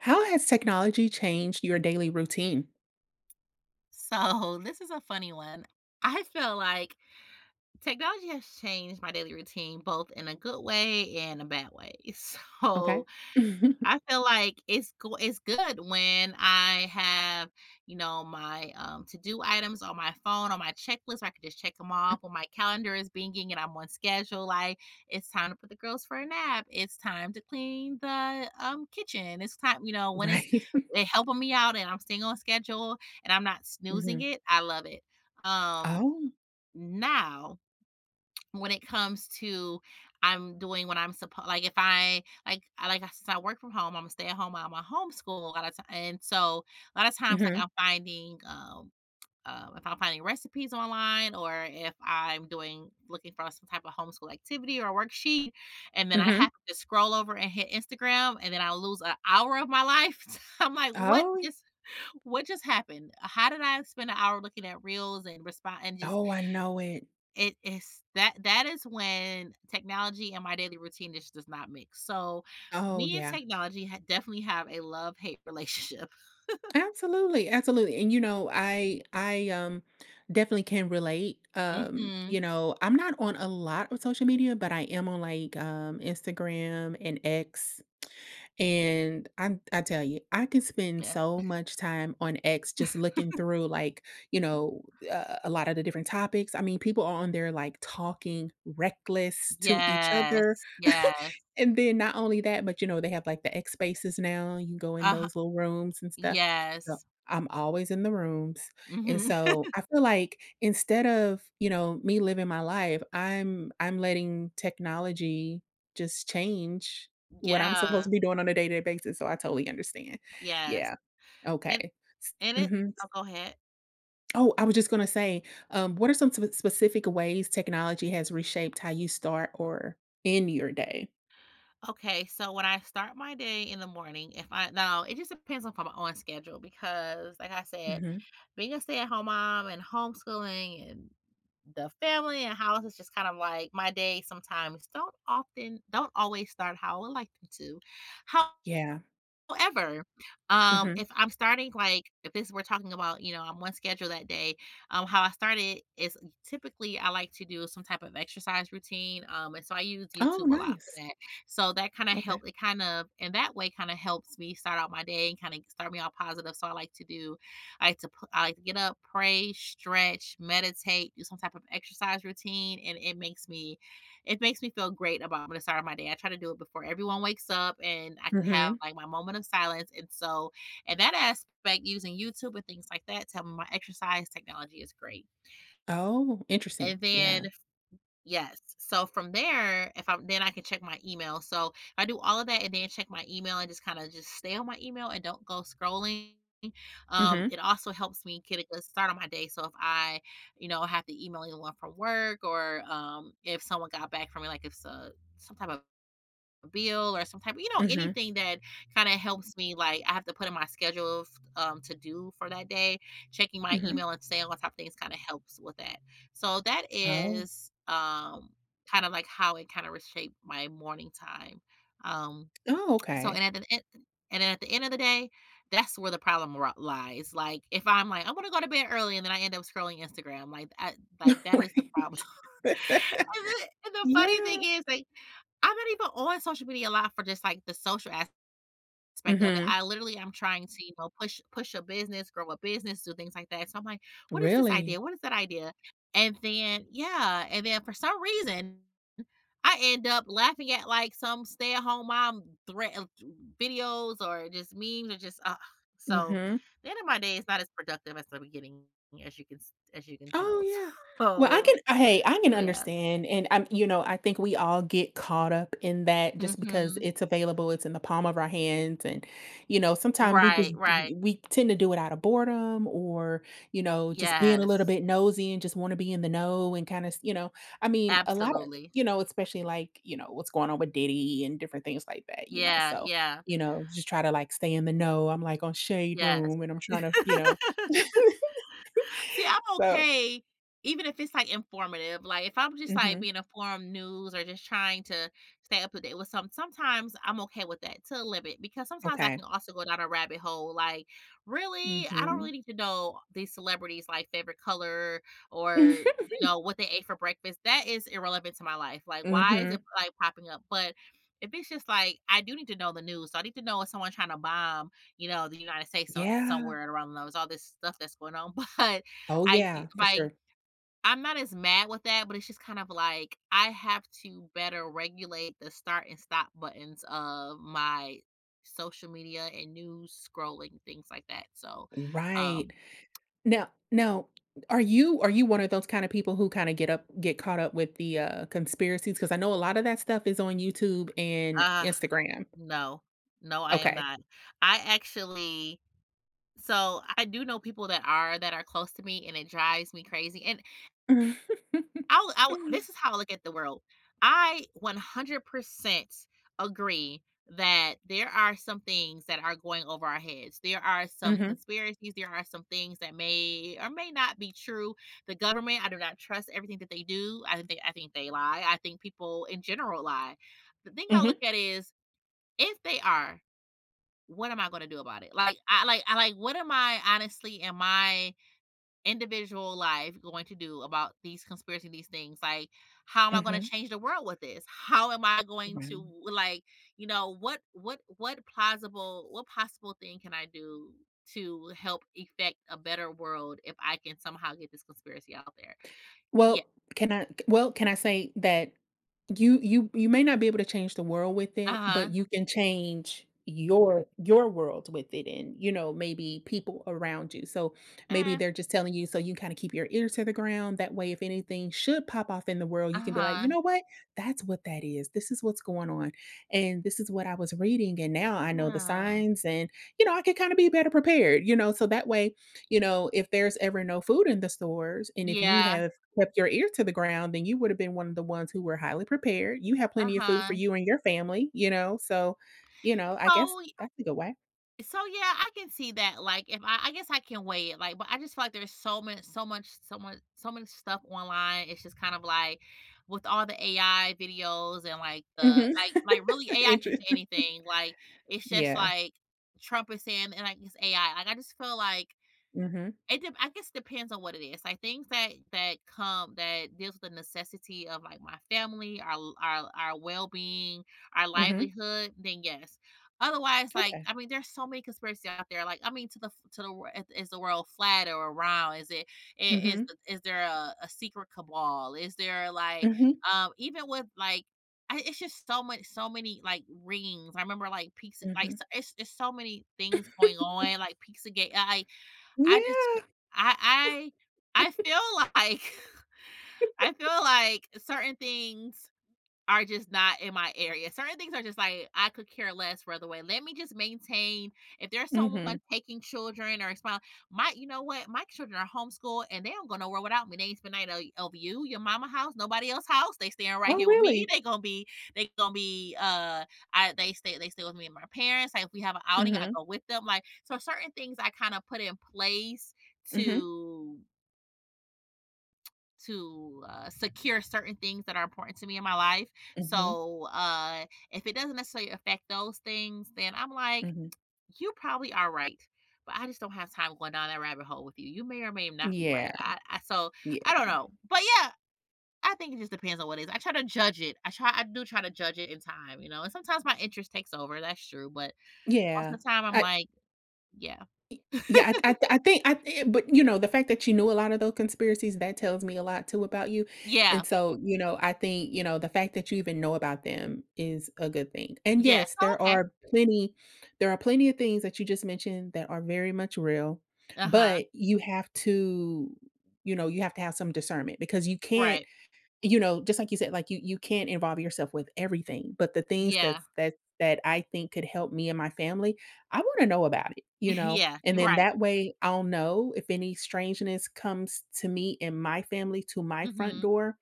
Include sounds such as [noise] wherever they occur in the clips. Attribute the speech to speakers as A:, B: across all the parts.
A: How has technology changed your daily routine?
B: So, this is a funny one. I feel like technology has changed my daily routine both in a good way and a bad way. [laughs]
A: Okay.
B: So,
A: [laughs]
B: I feel like it's good when I have, my, to-do items on my phone, on my checklist. I can just check them off when my calendar is binging and I'm on schedule. Like, it's time to put the girls for a nap, it's time to clean the, kitchen, it's time when it's
A: Right.
B: it helping me out and I'm staying on schedule and I'm not snoozing
A: Mhm.
B: it, I love it. Um,
A: Oh.
B: now when it comes to I'm doing what I'm supposed like if I like I like since I work from home, I'm a stay at home mom, I homeschool a lot of time, and so a lot of times like
A: Mhm.
B: I'm finding if I'm finding recipes online, or if I'm doing looking for some type of homeschool activity or worksheet, and then I have
A: Mhm.
B: to just scroll over and hit Instagram, and then I lose an hour of my life. [laughs] I'm like,
A: Oh,
B: what just happened? How did I spend an hour looking at reels and respond and just
A: I know it.
B: it is that is when technology and my daily routine just does not mix. So,
A: Oh,
B: me and
A: yeah.
B: technology ha definitely have a love-hate relationship. [laughs]
A: Absolutely, absolutely, and, I definitely can relate.
B: Mhm.
A: I'm not on a lot of social media, but I am on, Instagram and X. And I tell you, I could spend
B: Yeah.
A: so much time on X just looking through, you know, a lot of the different topics. I mean, people are on there like talking reckless to each other.
B: Yes,
A: [laughs]
B: yes.
A: And then not only that, but you know, they have like the X spaces now. You go in
B: Uh-huh.
A: those little rooms and stuff. So
B: Yes.
A: I'm always in the rooms. And
B: Mhm. [laughs]
A: so I feel like instead of, you know, me living my life, I'm letting technology just change what I'm supposed
B: Yeah.
A: to be doing on a day-to-day basis, so I totally understand.
B: Yes.
A: Yeah,
B: And
A: okay.
B: and it
A: Mhm.
B: I'll go ahead.
A: Oh, I was just gonna say, what are some sp specific ways technology has reshaped how you start or end your day?
B: Okay, so when I start my day in the morning, if I now it just depends on if I'm on schedule because, like I said,
A: Mhm.
B: being a stay-at-home mom and homeschooling and the family and house is just kind of like my day sometimes don't always start how I would like them to.
A: Yeah.
B: However,
A: Mhm.
B: if I'm starting, like, if this we're talking about, you know, I'm on schedule that day, how I started is typically I like to do some type of exercise routine, and so I use
A: Oh,
B: YouTube a lot for
A: nice.
B: that. So that kinda
A: Okay.
B: helped it kind of and that way, kinda helps me start out my day and kinda start me off positive. So I like to do I like to get up, pray, stretch, meditate, do some type of exercise routine, and it makes me feel great about the start of my day. I try to do it before everyone wakes up and I can have
A: Mhm.
B: like my moment of silence. And so, in that aspect, using YouTube and things like that, tell me my exercise technology is great.
A: Oh, interesting.
B: And then,
A: Yeah.
B: yes. So from there, if I'm then I can check my email. So I do all of that and then check my email and just just stay on my email and don't go scrolling.
A: Mhm.
B: It also helps me get a good start on my day. So if I, you know, have to email anyone from work, or if someone got back from me, like if it's a, some type of bill or some type you know,
A: Mhm.
B: anything that kinda helps me, like, I have to put in my schedule of, to do for that day. Checking my
A: Mhm.
B: email and staying on top of things kinda helps with that. So that
A: Oh.
B: is, kind of like how it kinda reshaped my morning time. Um,
A: Oh,
B: so
A: okay.
B: and at the end and then at the end of the day, that's where the problem ri lies. Like, if I'm like, "I wanna go to bed early," and then I end up scrolling Instagram, like,
A: [laughs]
B: that is the problem.
A: Right. [laughs]
B: And the funny
A: Yeah.
B: thing is, like, I'm not even on social media a lot for just, like, the social aspect of it.
A: Mhm.
B: I literally am trying to, you know, push a business, grow a business, do things like that. So I'm like, "What is this
A: Really?
B: idea? What is that idea?" And then yeah, and then for some reason, I end up laughing at, like, some stay-at-home mom threat videos or just memes or just, ugh. So,
A: Mhm.
B: the end of my day is not as productive as the beginning, as you can
A: Oh,
B: tell. [laughs]
A: yeah. Well,
B: So
A: hey, I can
B: so, yeah.
A: understand, and I'm you know, I think we all get caught up in that just because
B: Mhm.
A: it's available, it's in the palm of our hands, and, you know, sometimes we just
B: Right,
A: d
B: right.
A: we tend to do it out of boredom, or, you know, just being a little
B: Yes.
A: bit nosy and just wanna be in the know and kinda you know, I mean, a lot of
B: Absolutely.
A: you know, especially, like, you know, what's going on with Diddy and different things like that, you know,
B: Yeah,
A: so,
B: yeah.
A: you know, just try to, like, stay in the know. I'm, like, on Shade
B: Yes.
A: Room, and I'm trying to, you know.
B: [laughs] See,
A: [laughs]
B: I'm
A: So.
B: okay, even if it's like informative. Like if I'm just like
A: Mhm.
B: being informed news, or just trying to stay up to date with some, sometimes I'm okay with that to a limit because sometimes I
A: Okay.
B: can also go down a rabbit hole. Like, really, I don't
A: Mhm.
B: really need to know these celebrities' like favorite color, or you
A: Mhm.
B: know what they ate for breakfast. That is irrelevant to my life. Like, why is
A: [laughs]
B: it like popping up? But if it's just like I do need to know the news, so I need to know if someone's trying to bomb you know, the United States some,
A: Yeah.
B: somewhere around those all this stuff that's going on. [laughs] But
A: Oh,
B: I do
A: yeah, for
B: like,
A: sure.
B: I'm not as mad with that, but it's just kind of like I have to better regulate the start and stop buttons of my social media and news scrolling, things like that. So,
A: Right.
B: um,
A: Now, are you one of those kinda people who kinda get caught up with the, conspiracies? Because I know a lot of that stuff is on YouTube and
B: uh,
A: Instagram.
B: no, no, I am
A: Okay.
B: not. I actually so I do know people that are close to me and it drives me crazy. And
A: [laughs]
B: I'll this is how I look at the world. I 100% agree that there are some things that are going over our heads. There are
A: Mhm.
B: some
A: Mhm.
B: conspiracies, there are some things that may or may not be true. The government, I do not trust everything that they do. I think they lie. I think people in general lie. The thing I look at is if they are, what am I going to do about it? Like what am I honestly am I individual life going to do about these conspiracy these things? Like how am I going to
A: Mhm.
B: change the world with this? How am I
A: [laughs]
B: going to
A: Right.
B: like, you know, what plausible, what possible thing can I do to help effect a better world if I can somehow get this conspiracy out there? Yeah.
A: Well, well, can I say that you may not be able to change the world with it, but
B: Uh-huh.
A: you can change your world with it and, you know, maybe people around you. So, maybe
B: Eh,
A: they're just telling you so you kinda keep your ear to the ground, that way if anything should pop off in the world, you can be like, "You
B: uh-huh.
A: know what? That's what that is. This is what's going on, and this is what I was reading, and now I know the
B: Huh.
A: signs and, you know, I can kinda be better prepared," you know? So that way, you know, if there's ever no food in the stores and if you
B: Yeah.
A: have kept your ear to the ground, then you would have been one of the ones who were highly prepared. You had plenty of food for
B: Uh-huh.
A: you and your family, you know, so, you know, I guess
B: So
A: that's a good way.
B: so, yeah, I can see that, like, if I I guess I can weigh it, like, but I just feel like there's so much stuff online, it's just kind of like, with all the AI videos and, like,
A: Mhm.
B: really, AI can
A: Interest
B: say
A: [laughs]
B: anything, like, it's just
A: Yeah.
B: like, Trump is saying, and, like, it's AI, like, I just feel like
A: Mhm.
B: it dep I guess depends on what it is. Like things that come that deals with the necessity of like my family, our well-being, our
A: Mhm.
B: livelihood, then yes. Otherwise, like,
A: Okay.
B: I mean, there's so many conspiracy out there. Like, I mean, to the f to the wor I is the world flat or round? Is it I is
A: Mhm.
B: is there a secret cabal? Is there like,
A: Mhm.
B: even with like I it's just so much, so many like rings. I remember like pizza like,
A: Mhm.
B: so it's so many things going on, like pizza gate. I just
A: Yeah.
B: I I feel like [laughs] I feel like certain things are just not in my area. Certain things are just like I could care less for the way. Let me just maintain if there's
A: Mhm.
B: someone taking children or expel my you know what? My children are homeschooled and they don't go nowhere without me. They ain't spend over you, your mama house, nobody else house. They staying right
A: Oh,
B: here with me.
A: really?
B: They gonna be uh, I they stay with me and my parents. Like if we have an outing, I
A: Mhm.
B: go with them. Like so certain things I kind of put in place
A: Mhm.
B: to secure certain things that are important to me in my life.
A: Mhm.
B: So if it doesn't necessarily affect those things, then I'm like,
A: Mhm.
B: you probably are right. But I just don't have time going down that rabbit hole with you. You may or may not be right.
A: Yeah.
B: I so I
A: Yeah.
B: don't know. But yeah, I think it just depends on what it is. I try to judge it. I do try to judge it in time, you know. And sometimes my interest takes over, that's true. But most
A: Yeah.
B: of the time I'm like, yeah. [laughs]
A: Yeah, I think I thi but, you know, the fact that you knew a lot of those conspiracies, that tells me a lot too about you,
B: Yeah.
A: and so, you know, I think, you know, the fact that you even know about them is a good thing, and
B: Yeah.
A: yes,
B: Oh, okay.
A: there are plenty of things that you just mentioned that are very much real,
B: Uh-huh.
A: but you know, you have to have some discernment because you can't
B: Right.
A: you know, just like you said, like you can't involve yourself with everything, but the things
B: Yeah.
A: that I think could help me and my family, I want to know about it, you
B: [laughs]
A: know?
B: Yeah.
A: And
B: You're
A: then
B: right.
A: that way I'll know if any strangeness comes to me and my family to my front
B: Hmm.
A: door,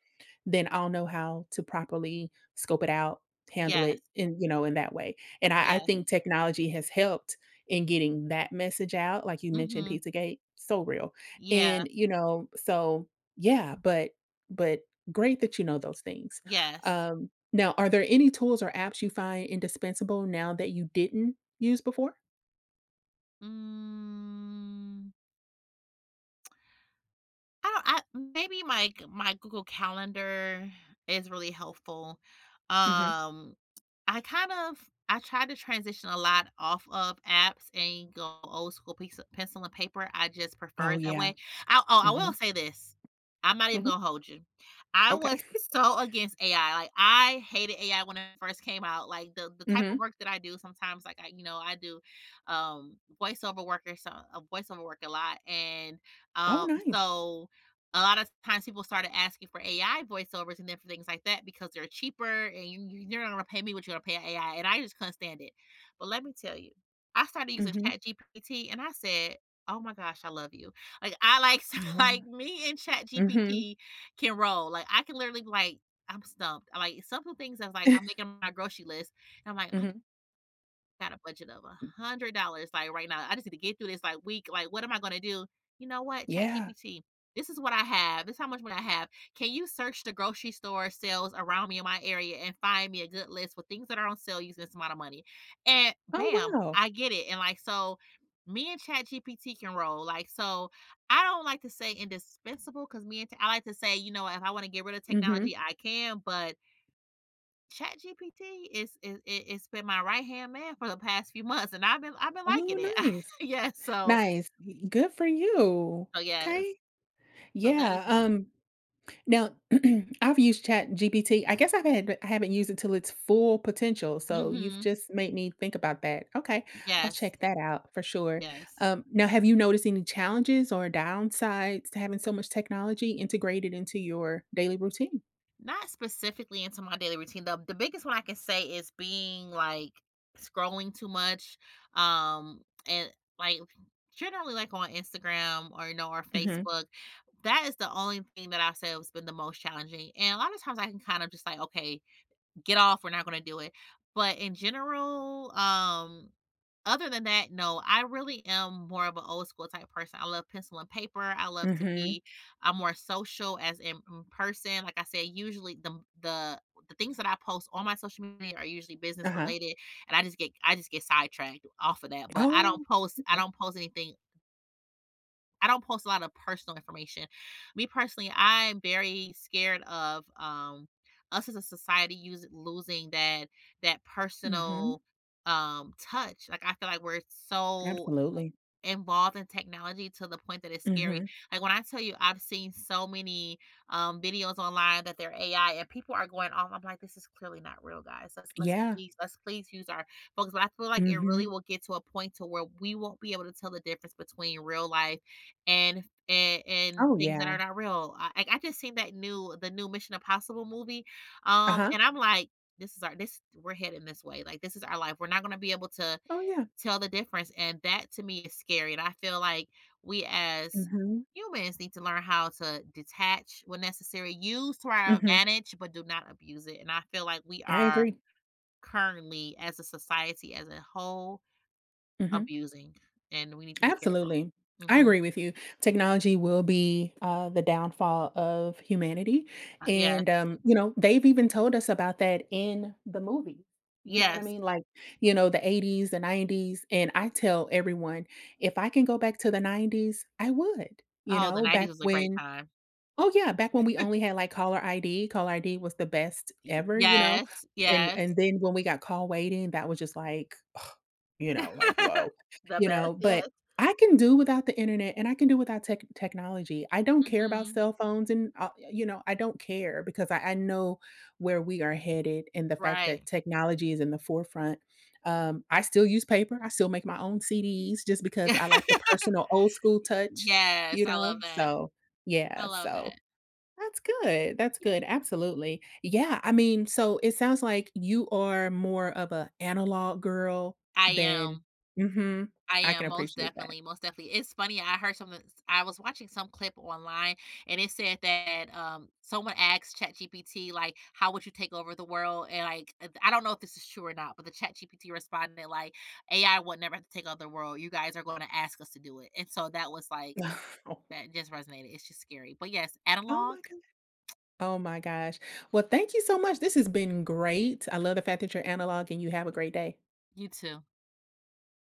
A: then I'll know how to properly scope it out, handle
B: Yes,
A: it in, you know, in that way. And I
B: yes,
A: think technology has helped in getting that message out. Like you mentioned,
B: mhm,
A: Pizzagate, so real.
B: yeah,
A: And, you know, so yeah, but great that you know those things.
B: yes.
A: Now, are there any tools or apps you find indispensable now that you didn't use before?
B: Mm, I don't I maybe my Google Calendar is really helpful,
A: Hmm.
B: um I kind of I tried to transition a lot off of apps and go old school piece of pencil and paper. I just prefer
A: Oh
B: it that
A: yeah.
B: way. I
A: Hmm.
B: will say this. I'm not even
A: Hmm.
B: gonna hold you. I was
A: Okay.
B: so against AI. Like, I hated AI when it first came out. Like the type of
A: Hmm.
B: work that I do sometimes, like I I do voiceover work or so a voiceover work a lot, and
A: Oh
B: um
A: nice.
B: so a lot of times people started asking for AI voiceovers and then for things like that because they're cheaper and are not going to pay me what you're going to pay AI. And I just couldn't stand it. But let me tell you, I started using
A: Hmm.
B: ChatGPT and I said, "Oh my gosh, I love you." Like I like [laughs] like
A: Yeah.
B: me and Chat
A: Hmm.
B: GPT can roll. Like, I can literally be like, I'm stumped. Like some of the things that's like I'm
A: [laughs]
B: making my grocery list. And I'm like, I
A: Hmm.
B: got a budget of $100, like, right now. I just need to get through this, like, week. Like, what am I gonna do? You know what?
A: Yeah.
B: ChatGPT, this is what I have. This is how much money I have. Can you search the grocery store sales around me in my area and find me a good list with things that are on sale using this amount of money? And
A: Oh
B: bam,
A: wow.
B: I get it. And, like, so me and ChatGPT can roll. Like, so I don't like to say indispensable because me and t I like to say, you know, if I wanna get rid of
A: Hmm.
B: technology, I can, but ChatGPT is it it's been my right hand man for the past few months, and I've been
A: Oh
B: liking it. [laughs]
A: nice.
B: Yes, so
A: Nice. Good for you.
B: so yes,
A: Okay.
B: so that is
A: Yeah.
B: one.
A: Um. Now, [clears throat] I've used ChatGPT. I guess I haven't used it till its full potential, so you've
B: Mhm.
A: just made me think about that. Okay, I'll
B: Yes,
A: check that out for sure.
B: yes.
A: Now, have you noticed any challenges or downsides to having so much technology integrated into your daily routine?
B: Not specifically into my daily routine, though. The biggest one I can say is being like scrolling too much, um, and like generally like on Instagram or or
A: Hmm.
B: Facebook. That is the only thing that I've said has been the most challenging. And a lot of times I can kind of just like, okay, get off, we're not going to do it. But in general, other than that, no, I really am more of an old school type person. I love pencil and paper. I love to
A: Hmm.
B: be I'm more social as in person. Like I said, usually the things that I post on my social media are usually business
A: Uh-huh.
B: related and I just get sidetracked off of that. But
A: Oh,
B: I
A: okay.
B: don't post anything, I don't post a lot of personal information. Me personally, I'm very scared of us as a society losing that that
A: Hmm.
B: personal touch. Like, I feel like we're so
A: Absolutely.
B: involved in technology to the point that it's scary.
A: Hmm.
B: Like, when I tell you I've seen so many, videos online that they're AI and people are going off, I'm like, "This is clearly not real, guys.
A: Yeah.
B: Let's please use our focus." But I feel like it
A: Hmm.
B: really will get to a point to where we won't be able to tell the difference between real life and and
A: Oh,
B: things that are
A: yeah.
B: not real. I just seen that new Mission Impossible movie,
A: Uh-huh.
B: and I'm like, "This is our this we're heading this way. Like, this is our life. We're not gonna be able to
A: Oh, yeah.
B: tell the difference, and that to me is scary, and I feel like we as
A: Hmm.
B: humans need to learn how to detach when necessary, use to our
A: Hmm.
B: advantage, but do not abuse it, and I feel like we
A: I
B: are
A: agree.
B: currently, as a society as a whole,
A: Hmm.
B: abusing, and we need to be careful."
A: Absolutely. I
B: Mhm.
A: agree with you. Technology will be the downfall of humanity.
B: Yes,
A: And, you know, they've even told us about that in the movie. You know what I
B: yes.
A: mean? Like, you know, the 80s, the 90s. And I tell everyone if I can go back to the 90s, I would, you
B: Oh, the
A: know,
B: '90s
A: back
B: was a great
A: when,
B: time.
A: oh, yeah, back when we only had like caller ID, caller ID was the best
B: Y
A: ever, you know.
B: yes,
A: And
B: yes.
A: then when we got call waiting, that was just like you know, like, "Whoa,"
B: [laughs] The
A: you
B: best,
A: know, but
B: yes.
A: I can do without the internet and I can do without technology. I don't care about
B: Mhm.
A: cell phones and, you know, I don't care because I know where we are headed and the fact
B: Right.
A: that technology is in the forefront. I still use paper. I still make my own CDs just because I like the
B: [laughs]
A: personal old school touch,
B: Yes,
A: you
B: I
A: know?
B: love that.
A: So,
B: I
A: yeah,
B: love
A: so
B: that.
A: that's good. That's
B: Yeah.
A: good. Absolutely. Yeah. I mean, so it sounds like you are more of a analog girl
B: I
A: than.
B: am.
A: Mhm.
B: I
A: I can
B: am most
A: appreciate that.
B: definitely, most definitely. It's funny, I heard something, I was watching some clip online and it said that someone asked ChatGPT, like, how would you take over the world, and like, I don't know if this is true or not, but the ChatGPT responded like, AI would never have to take over the world. You guys are going to ask us to do it. And so that was like,
A: [laughs]
B: that just resonated. It's just scary. But yes,
A: Oh
B: analog,
A: my god. Oh my gosh. Well, thank you so much. This has been great. I love the fact that you're analog and you have a great day.
B: you too.